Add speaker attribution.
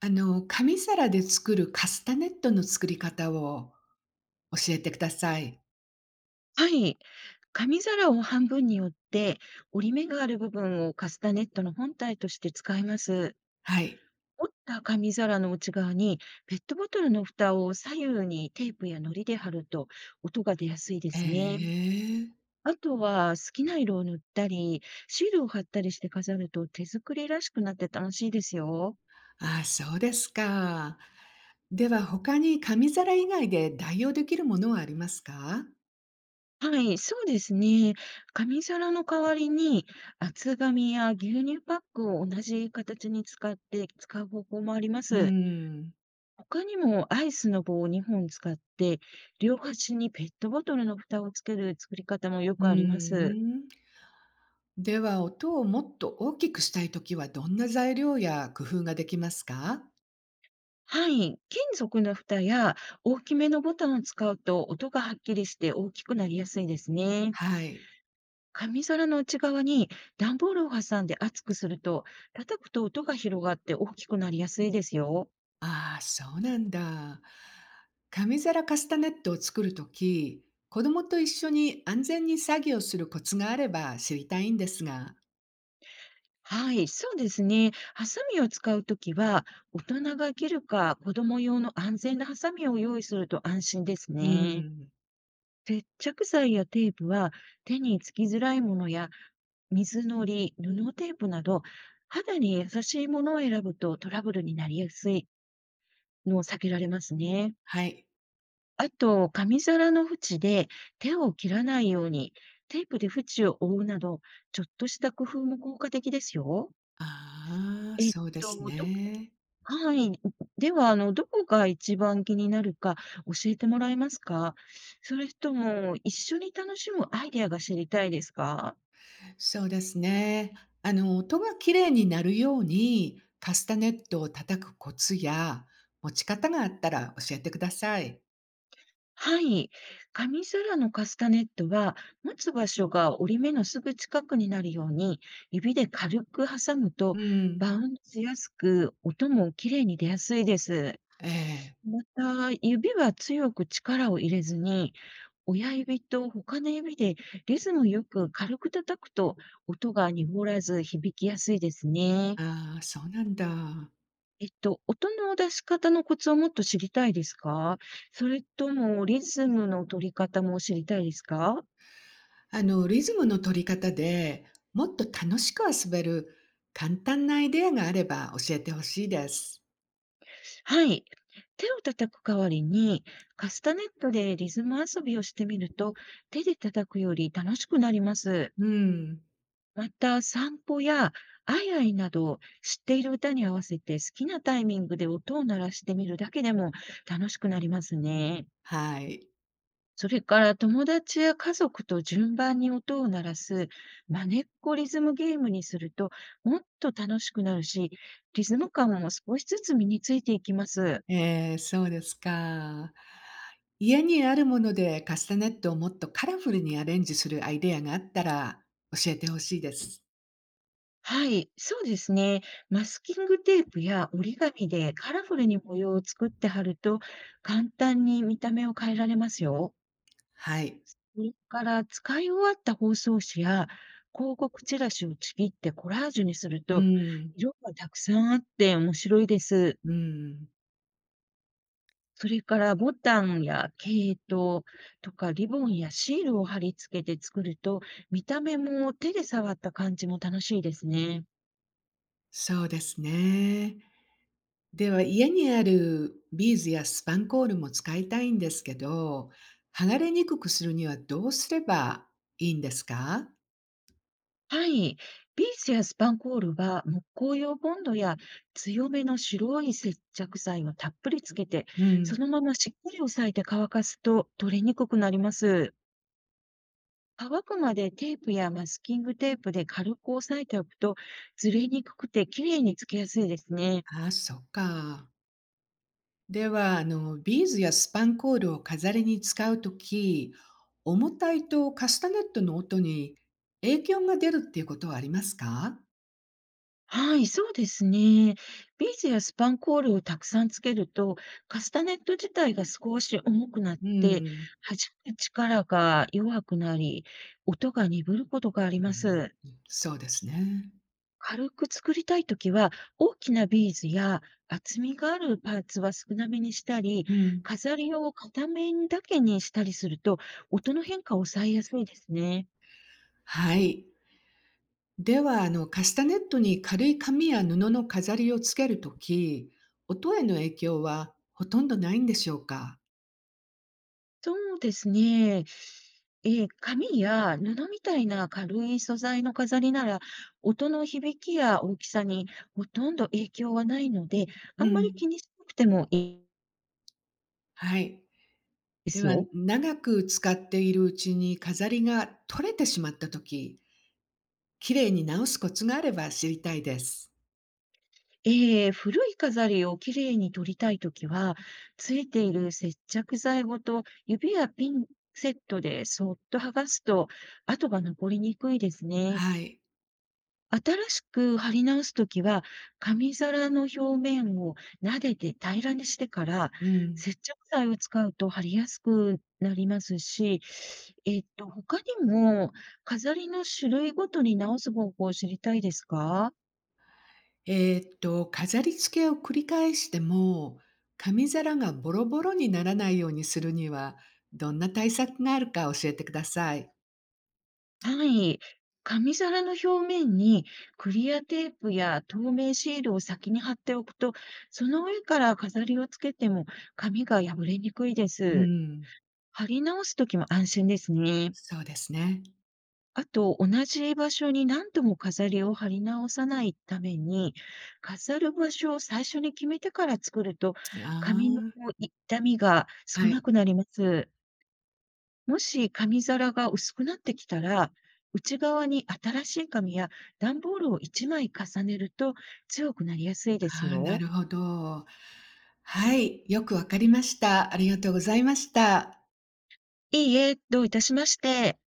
Speaker 1: 紙皿で作るカスタネットの作り方を教えてください。
Speaker 2: はい。紙皿を半分に折って、折り目がある部分をカスタネットの本体として使います。
Speaker 1: はい。
Speaker 2: 折った紙皿の内側にペットボトルの蓋を左右にテープや糊で貼ると音が出やすいですね。
Speaker 1: ええ。
Speaker 2: あとは好きな色を塗ったり、シールを貼ったりして飾ると手作りらしくなって楽しいですよ。
Speaker 1: ああ、そうですか。では他に紙皿以外で代用できるものはありますか？
Speaker 2: はい、そうですね。紙皿の代わりに厚紙や牛乳パックを同じ形に使って使う方法もありま
Speaker 1: うー
Speaker 2: す。
Speaker 1: ん。
Speaker 2: 他にもアイスの棒を2本使って、両端にペットボトルの蓋をつける作り方もよ
Speaker 1: うー
Speaker 2: くあります。
Speaker 1: ん。では、音をもっと大きくしたいときはどんな材料や工夫ができますか？
Speaker 2: はい。金属の蓋や大きめのボタンを使うと音がはっきりして大きくなりやすいですね。
Speaker 1: はい。
Speaker 2: 紙皿の内側に段ボールを挟んで厚くすると、叩くと音が広がって大きくなりやすいですよ。
Speaker 1: ああ、そうなんだ。紙皿カスタネットを作るとき、子供と一緒に安全に作業するコツがあれば知りたいんですが。
Speaker 2: はい、そうですね。ハサミを使うときは、大人が切るか子供用の安全なハサミを用意すると安心です
Speaker 1: う
Speaker 2: ね。
Speaker 1: ん。
Speaker 2: 接着剤やテープは手につきづらいものや水のり、布テープなど肌に優しいものを選ぶとトラブルになりやすいのを避けられますね。
Speaker 1: はい。
Speaker 2: あと、紙皿の縁で手を切らないようにテープで縁を覆うなど、ちょっとした工夫も効果的ですよ。
Speaker 1: ああ、
Speaker 2: えっ
Speaker 1: そうです
Speaker 2: と、ど、
Speaker 1: ね。
Speaker 2: はい。では、どこが一番気になるか教えてもらえますか。それとも一緒に楽しむアイデアが知りたいですか？
Speaker 1: そうですね。音がきれいになるようにカスタネットを叩くコツや持ち方があったら教えてください。
Speaker 2: はい。紙皿のカスタネットは、持つ場所が折り目のすぐ近くになるように、指で軽く挟むと、
Speaker 1: うん。
Speaker 2: バウンドしやすく、音もきれいに出やすいです。
Speaker 1: ええ。
Speaker 2: また、指は強く力を入れずに、親指と他の指でリズムよく軽く叩くと、音が濁らず響きやすいですね。
Speaker 1: ああ、そうなんだ。
Speaker 2: 音の出し方のコツをもっと知りたいですか？それともリズムの取り方も知りたいですか？
Speaker 1: リズムの取り方でもっと楽しく遊べる簡単なアイデアがあれば教えてほしいです。
Speaker 2: はい。手を叩く代わりに、カスタネットでリズム遊びをしてみると、手で叩くより楽しくなります。
Speaker 1: うん。
Speaker 2: また、散歩やアイアイなど、知っている歌に合わせて好きなタイミングで音を鳴らしてみるだけでも楽しくなりますね。
Speaker 1: はい。
Speaker 2: それから友達や家族と順番に音を鳴らすマネっこリズムゲームにするともっと楽しくなるし、リズム感も少しずつ身についていきます。
Speaker 1: えそうですか。家にあるものでカスタネットをもっとカラフルにアレンジするアイデアがあったら教えてほしいです。
Speaker 2: はい、そうですね。マスキングテープや折り紙でカラフルに模様を作って貼ると簡単に見た目を変えられますよ。
Speaker 1: はい。
Speaker 2: それから使い終わった包装紙や広告チラシをちぎってコラージュにする
Speaker 1: う
Speaker 2: と
Speaker 1: ん。
Speaker 2: 色がたくさんあって面白いです。
Speaker 1: うん。
Speaker 2: それからボタンや毛糸とかリボンやシールを貼り付けて作ると、見た目も手で触った感じも楽しいですね。
Speaker 1: そうですね。では、家にあるビーズやスパンコールも使いたいんですけど、剥がれにくくするにはどうすればいいんですか？
Speaker 2: はい。ビーズやスパンコールは木工用ボンドや強めの白い接着剤をたっぷりつけて、
Speaker 1: う
Speaker 2: そ
Speaker 1: ん。
Speaker 2: のまましっかり押さえて乾かすと取れにくくなります。乾くまでテープやマスキングテープで軽く押さえておくと、ずれにくくて綺麗につけやすいですね。
Speaker 1: ああ、そっか。では、ビーズやスパンコールを飾りに使うとき、重たいとカスタネットの音に影響が出るっていうことはありますか？
Speaker 2: はい、そうですね。ビーズやスパンコールをたくさんつけると、カスタネット自体が少し重くなっ
Speaker 1: う
Speaker 2: て、
Speaker 1: ん。
Speaker 2: 弾く力が弱くなり、音が鈍ることがあります。
Speaker 1: うん、そうですね。
Speaker 2: 軽く作りたいときは、大きなビーズや厚みがあるパーツは少なめにしたり、
Speaker 1: うん。
Speaker 2: 飾りを片面だけにしたりすると、音の変化を抑えやすいですね。
Speaker 1: はい。では、カスタネットに軽い紙や布の飾りをつけるとき、音への影響はほとんどないんでしょうか？
Speaker 2: そうですね。紙や布みたいな軽い素材の飾りなら、音の響きや大きさにほとんど影響はないので、
Speaker 1: う
Speaker 2: あんまり気
Speaker 1: ん。
Speaker 2: にしなくてもいい
Speaker 1: はい。
Speaker 2: で
Speaker 1: で
Speaker 2: す
Speaker 1: は、
Speaker 2: よ。
Speaker 1: 長く使っているうちに飾りが取れてしまったとき、きれいに直すコツがあれば知りたいです。
Speaker 2: ええ、古い飾りをきれいに取りたいときは、ついている接着剤ごと指やピンセットでそっと剥がすと、跡が残りにくいですね。
Speaker 1: はい。
Speaker 2: 新しく貼り直すときは、紙皿の表面を撫でて平らにしてから、
Speaker 1: うん。
Speaker 2: 接着剤を使うと貼りやすくなりますし、他にも飾りの種類ごとに直す方法を知りたいですか？
Speaker 1: 飾り付けを繰り返しても、紙皿がボロボロにならないようにするには、どんな対策があるか教えてください。
Speaker 2: はい。紙皿の表面にクリアテープや透明シールを先に貼っておくと、その上から飾りをつけても紙が破れにくいで
Speaker 1: う
Speaker 2: す。
Speaker 1: ん。
Speaker 2: 貼り直すときも安心ですね。
Speaker 1: そうですね。
Speaker 2: あと、同じ場所に何度も飾りを貼り直さないために、飾る場所を最初に決めてから作ると、紙の
Speaker 1: あ
Speaker 2: 傷みが
Speaker 1: あ、
Speaker 2: 少
Speaker 1: は
Speaker 2: な
Speaker 1: い。
Speaker 2: くなります。もし紙皿が薄くなってきたら、内側に新しい紙や段ボールを1枚重ねると強くなりやすいです
Speaker 1: ああ、なる
Speaker 2: よ。
Speaker 1: ほど。はい、よくわかりました。ありがとうございました。
Speaker 2: いいえ、どういたしまして。